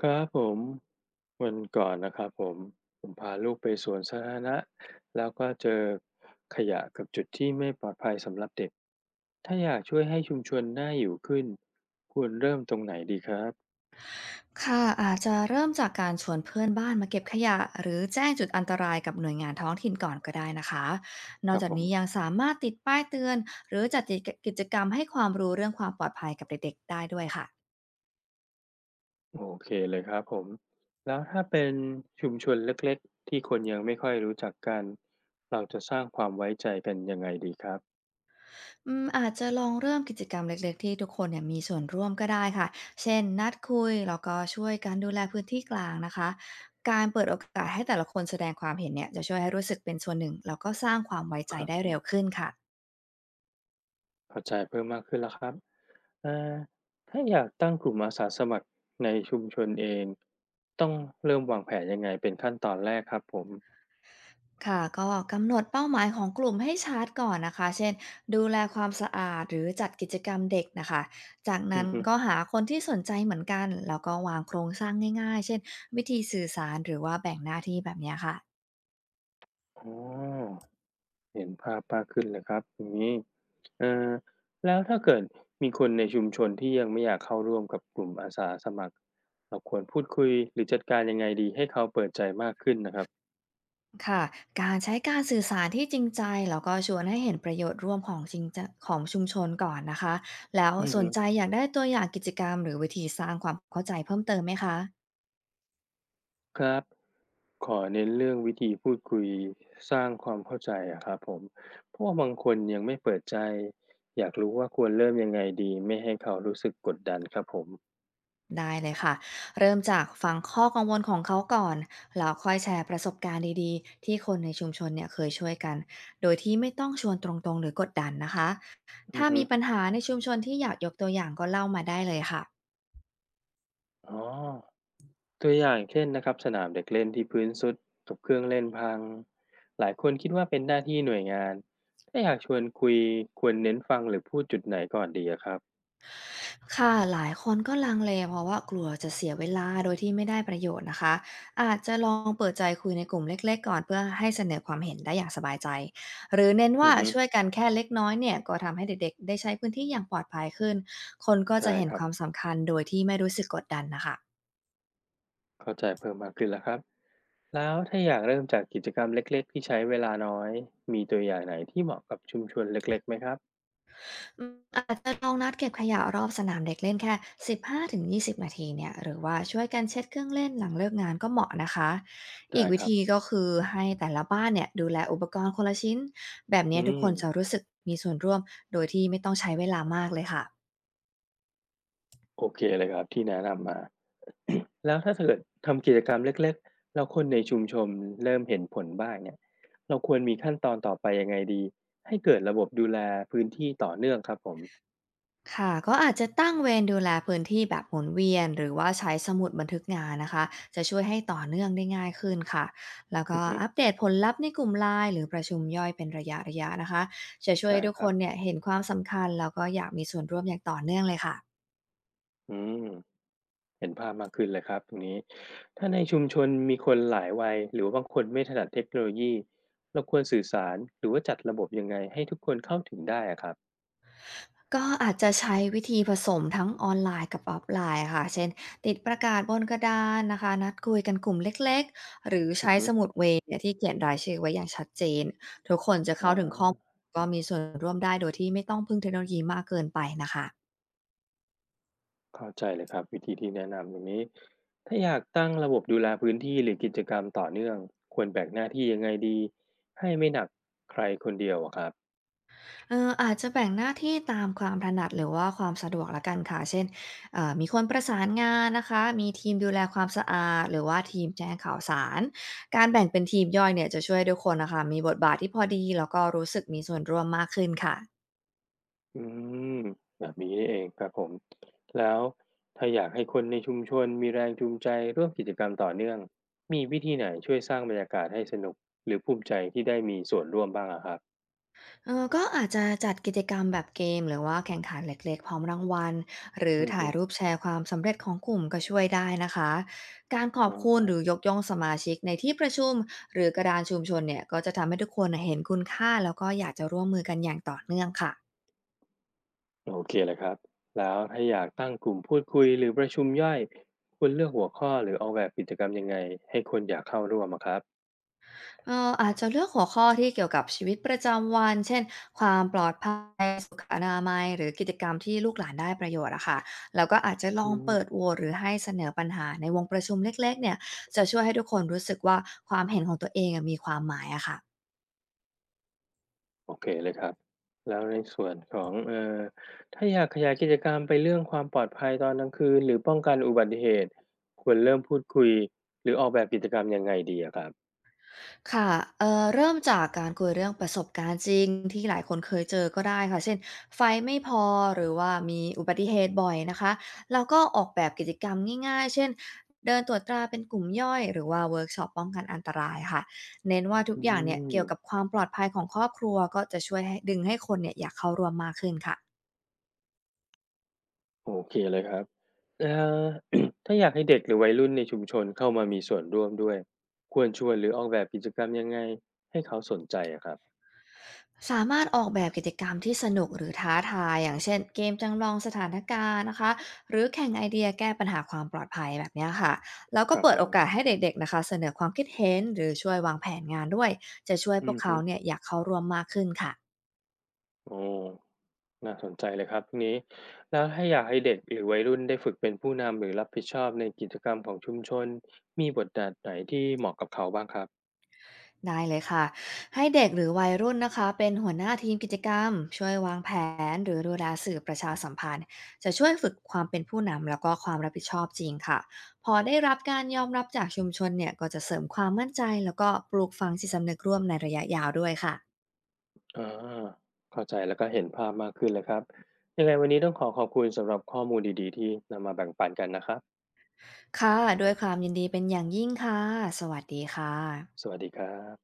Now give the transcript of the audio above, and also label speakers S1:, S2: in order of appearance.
S1: ครับผมวันก่อนนะครับผมผมพาลูกไปสวนสาธารณะแล้วก็เจอขยะกับจุดที่ไม่ปลอดภัยสำหรับเด็กถ้าอยากช่วยให้ชุมชนน่าอยู่ขึ้นควรเริ่มตรงไหนดีครับ
S2: ค่ะอาจจะเริ่มจากการชวนเพื่อนบ้านมาเก็บขยะหรือแจ้งจุดอันตรายกับหน่วยงานท้องถิ่นก่อนก็ได้นะคะน
S1: ค
S2: อก
S1: รับ
S2: จาก
S1: ผม
S2: นี้ยังสามารถติดป้ายเตือนหรือจัดกิจกรรมให้ความรู้เรื่องความปลอดภัยกับเด็กๆได้ด้วยค่ะ
S1: โอเคเลยครับผมแล้วถ้าเป็นชุมชนเล็กๆที่คนยังไม่ค่อยรู้จักกันเราจะสร้างความไว้ใจกันยังไงดีครับ
S2: อืมอาจจะลองเริ่มกิจกรรมเล็กๆที่ทุกคนเนี่ยมีส่วนร่วมก็ได้ค่ะเช่นนัดคุยแล้วก็ช่วยกันดูแลพื้นที่กลางนะคะการเปิดโอกาสให้แต่ละคนแสดงความเห็นเนี่ยจะช่วยให้รู้สึกเป็นส่วนหนึ่งแล้วก็สร้างความไว้ใจ
S1: ครั
S2: ได้เร็ว
S1: บ
S2: ขึ้นค่ะ
S1: เข้าใจเพิ่มมากขึ้นแล้วครับเอ่อถ้าอยากตั้งกลุ่มอาสาสมัครในชุมชนเองต้องเริ่มวางแผนยังไงเป็นขั้นตอนแรกครับผม
S2: ค่ะก็กำหนดเป้าหมายของกลุ่มให้ชัดก่อนนะคะเช่นดูแลความสะอาดหรือจัดกิจกรรมเด็กนะคะจากนั้
S1: อื
S2: น
S1: อฮึ
S2: ก็หาคนที่สนใจเหมือนกันแล้วก็วางโครงสร้างง่ายๆเช่นวิธีสื่อสารหรือว่าแบ่งหน้าที่แบบเนี้ยค่ะ
S1: อ๋อเห็นภาพมากขึ้นเลยครับอย่างนี้เอ่อแล้วถ้าเกิดมีคนในชุมชนที่ยังไม่อยากเข้าร่วมกับกลุ่มอาสาสมัครเราควรพูดคุยหรือจัดการยังไงดีให้เขาเปิดใจมากขึ้นนะครับ
S2: ค่ะการใช้การสื่อสารที่จริงใจแล้วก็ชวนให้เห็นประโยชน์ร่วมของจริงจะของชุมชนก่อนนะคะแล้ว
S1: อือ
S2: สน
S1: ฮึ
S2: ใจอยากได้ตัวอย่างกิจกรรมหรือวิธีสร้างความเข้าใจเพิ่มเติมไหมคะ
S1: ครับขอเน้นเรื่องวิธีพูดคุยสร้างความเข้าใจอะครับผมเพราะว่าบางคนยังไม่เปิดใจอยากรู้ว่าควรเริ่มยังไงดีไม่ให้เขารู้สึกกดดันครับผม
S2: ได้เลยค่ะเริ่มจากฟังข้อกังวลของเขาก่อนแล้วค่อยแชร์ประสบการณ์ดีๆที่คนในชุมชนเนี่ยเคยช่วยกันโดยที่ไม่ต้องชวนตรงๆหรือกดดันนะคะ
S1: อือ
S2: ถ้า
S1: ฮึ
S2: มีปัญหาในชุมชนที่อยากยกตัวอย่างก็เล่ามาได้เลยค่ะ
S1: อ๋อตัวอย่างเช่นนะครับสนามเด็กเล่นที่พื้นสุดกับเครื่องเล่นพังหลายคนคิดว่าเป็นหน้าที่หน่วยงานถ้าอยากชวนคุยควรเน้นฟังหรือพูดจุดไหนก่อนดีอะครับ
S2: ค่ะหลายคนก็ลังเลเพราะว่ากลัวจะเสียเวลาโดยที่ไม่ได้ประโยชน์นะคะอาจจะลองเปิดใจคุยในกลุ่มเล็กๆก่อนเพื่อให้เสนอความเห็นได้อย่างสบายใจหรือเน้น
S1: อื
S2: ว่า
S1: อฮึ
S2: ช่วยกันแค่เล็กน้อยเนี่ยก็ทำให้เด็กๆได้ใช้พื้นที่อย่างปลอดภัยขึ้นคนก็จะ
S1: ได้
S2: เห็น
S1: ค
S2: ค
S1: รับ
S2: วามสำคัญโดยที่ไม่รู้สึกกดดันนะคะ
S1: เข้าใจเพิ่มมากขึ้นแล้วครับ แล้วถ้าอยากเริ่มจากกิจกรรมเล็กๆที่ใช้เวลาน้อยมีตัวอย่างไหนที่เหมาะกับชุมชนเล็กๆไหมครับ
S2: อืมอาจจะลองนัดเก็บขยะรอบสนามเด็กเล่นแค่ 15-20นาทีเนี่ยหรือว่าช่วยกันเช็ดเครื่องเล่นหลังเลิกงานก็เหมาะนะคะอี
S1: ได้
S2: กวิ
S1: ครับ
S2: ธีก็คือให้แต่ละบ้านเนี่ยดูแลอุปกรณ์คนละชิ้นแบบเนี้ย
S1: อื
S2: ทุก
S1: ม
S2: คนจะรู้สึกมีส่วนร่วมโดยที่ไม่ต้องใช้เวลามากเลยค่ะ
S1: โอเคเลยครับที่แนะนำมา แล้วถ้าเกิดทำกิจกรรมเล็กๆแล้วคนในชุมชนเริ่มเห็นผลบ้างเนี่ยเราควรมีขั้นตอนต่อไปยังไงดีให้เกิดระบบดูแลพื้นที่ต่อเนื่องครับผม
S2: ค่ะก็อาจจะตั้งเวรดูแลพื้นที่แบบหมุนเวียนหรือว่าใช้สมุดบันทึกงานนะคะจะช่วยให้ต่อเนื่องได้ง่ายขึ้นค่ะแล้วก็
S1: อือฮึ
S2: อัปเดตผลลัพธ์ในกลุ่มไลน์หรือประชุมย่อยเป็นระยะระยะนะคะจะช่วย
S1: ได้
S2: ให้ทุก
S1: ค
S2: ค
S1: รั
S2: น
S1: บ
S2: เนี่ยเห็นความสำคัญแล้วก็อยากมีส่วนร่วมอย่างต่อเนื่องเลยค่ะ
S1: อืม เห็นภาพมากขึ้นเลยครับตรงนี้ถ้าในชุมชนมีคนหลายวัยหรือว่าบางคนไม่ถนัดเทคโนโลยีเราควรสื่อสารหรือว่าจัดระบบยังไงให้ทุกคนเข้าถึงได้อะครับ
S2: ก็อาจจะใช้วิธีผสมทั้งออนไลน์กับออฟไลน์ค่ะเช่นติดประกาศบนกระดานนะคะนัดคุยกันกลุ่มเล็กๆหรือ
S1: อื
S2: ใช้
S1: อฮึ
S2: สมุดเวเนี่ยที่เขียนรายชื่อไว้อย่างชัดเจนทุกคนจะ
S1: อ
S2: เข้าถึงข้อมูล
S1: า
S2: ก็มีส่วนร่วมได้โดยที่ไม่ต้องพึ่งเทคโนโลยีมากเกินไปนะคะ
S1: เข้าใจเลยครับวิธีที่แนะนำตรงนี้ถ้าอยากตั้งระบบดูแลพื้นที่หรือกิจกรรมต่อเนื่องควรแบ่งหน้าที่ยังไงดีให้ไม่หนักใครคนเดียวอะครับ
S2: อาจจะแบ่งหน้าที่ตามความถนัดหรือว่าความสะดวกแล้วกันค่ะเช่นมีคนประสานงานนะคะมีทีมดูแลความสะอาดหรือว่าทีมแจ้งข่าวสาร การแบ่งเป็นทีมย่อยเนี่ยจะช่วยให้ทุกคนน่ะค่ะมีบทบาทที่พอดีแล้วก็รู้สึกมีส่วนร่วมมากขึ้นค่ะ
S1: อืมแบบนี้นี่เองครับผมแล้วถ้าอยากให้คนในชุมชนมีแรงจูงใจร่วมกิจกรรมต่อเนื่องมีวิธีไหนช่วยสร้างบรรยากาศให้สนุกหรือภูมิใจที่ได้มีส่วนร่วมบ้างอะครับ
S2: เออก็อาจจะจัดกิจกรรมแบบเกมหรือว่าแข่งขันเล็กๆพร้อมรางวัลหรือ
S1: อือ
S2: ถ่า
S1: ฮึ
S2: ยรูปแชร์ความสำเร็จของกลุ่มก็ช่วยได้นะคะการขอ
S1: อ๋
S2: บ
S1: อ
S2: คุณหรือยกย่องสมาชิกในที่ประชุมหรือกระดานชุมชนเนี่ยก็จะทำให้ทุกคนน่ะเห็นคุณค่าแล้วก็อยากจะร่วมมือกันอย่างต่อเนื่องค่ะ
S1: โอเคเลยครับแล้วถ้าอยากตั้งกลุ่มพูดคุยหรือประชุมย่อยควรเลือกหัวข้อหรือออกแบบกิจกรรมยังไงให้คนอยากเข้าร่วมอะครับ
S2: อาจจะเลือกหัวข้อที่เกี่ยวกับชีวิตประจำวัน เช่นความปลอดภัยสุขอนามัยหรือกิจกรรมที่ลูกหลานได้ประโยชน์อะค่ะแล้วก็อาจจะลอ
S1: อื
S2: ง
S1: ม
S2: เปิดโหวตหรือให้เสนอปัญหาในวงประชุมเล็กๆเนี่ย จะช่วยให้ทุกคนรู้สึกว่าความเห็นของตัวเองอะมีความหมายอะค่ะ
S1: โอเคเลยครับแล้วในส่วนของถ้าอยากขยายกิจกรรมไปเรื่องความปลอดภัยตอนกลางคืนหรือป้องกันอุบัติเหตุควรเริ่มพูดคุยหรือออกแบบกิจกรรมยังไงดีอะครับ
S2: ค่ะเริ่มจากการคุยเรื่องประสบการณ์จริงที่หลายคนเคยเจอก็ได้ค่ะเช่นไฟไม่พอหรือว่ามีอุบัติเหตุบ่อยนะคะแล้วก็ออกแบบกิจกรรมง่ายๆเช่นเดินตรวจตราเป็นกลุ่มย่อยหรือว่าเวิร์กช็อปป้องกันอันตรายค่ะเน้นว่าทุก
S1: อื
S2: อย่างเนี่ย
S1: ม
S2: เกี่ยวกับความปลอดภัยของครอบครัวก็จะช่วยให้ดึงให้คนเนี่ยอยากเข้าร่วมมากขึ้นค่ะ
S1: โอเคเลยครับเอ่อ ถ้าอยากให้เด็กหรือวัยรุ่นในชุมชนเข้ามามีส่วนร่วมด้วยควรชวนหรือออกแบบกิจกรรมยังไงให้เขาสนใจอะครับ
S2: สามารถออกแบบกิจกรรมที่สนุกหรือท้าทายอย่างเช่นเกมจำลองสถานการณ์นะคะหรือแข่งไอเดียแก้ปัญหาความปลอดภัยแบบเนี้ยค่ะแล้วก็
S1: ครับ
S2: เปิ
S1: ผ
S2: ดโอ
S1: ม
S2: กาสให้เด็กๆนะคะเสนอความคิดเห็นหรือช่วยวางแผนงานด้วยจะช่วยพ
S1: อื
S2: วก
S1: อ
S2: เขา
S1: ฮึ
S2: เนี่ยอยากเข้าร่วมมากขึ้นค่ะ
S1: โอ้น่าสนใจเลยครับทีนี้แล้วถ้าอยากให้เด็กหรือวัยรุ่นได้ฝึกเป็นผู้นำหรือรับผิดชอบในกิจกรรมของชุมชน มีบทบาทไหนที่เหมาะกับเขาบ้างครับ
S2: ได้เลยค่ะให้เด็กหรือวัยรุ่นนะคะเป็นหัวหน้าทีมกิจกรรมช่วยวางแผนหรือดูแลสื่อประชาสัมพันธ์จะช่วยฝึกความเป็นผู้นำแล้วก็ความรับผิดชอบจริงค่ะพอได้รับการยอมรับจากชุมชนเนี่ยก็จะเสริมความมั่นใจแล้วก็ปลูกฝังจิตสำนึกร่วมในระยะยาวด้วยค่ะ
S1: อ่าเข้าใจแล้วก็เห็นภาพมากขึ้นเลยครับ ยังไงวันนี้ต้องขอขอบคุณสำหรับข้อมูลดีๆที่นำมาแบ่งปันกันนะครับ
S2: ค่ะด้วยความยินดีเป็นอย่างยิ่งค่ะสวัสดีค่ะ
S1: สวัสดีครับ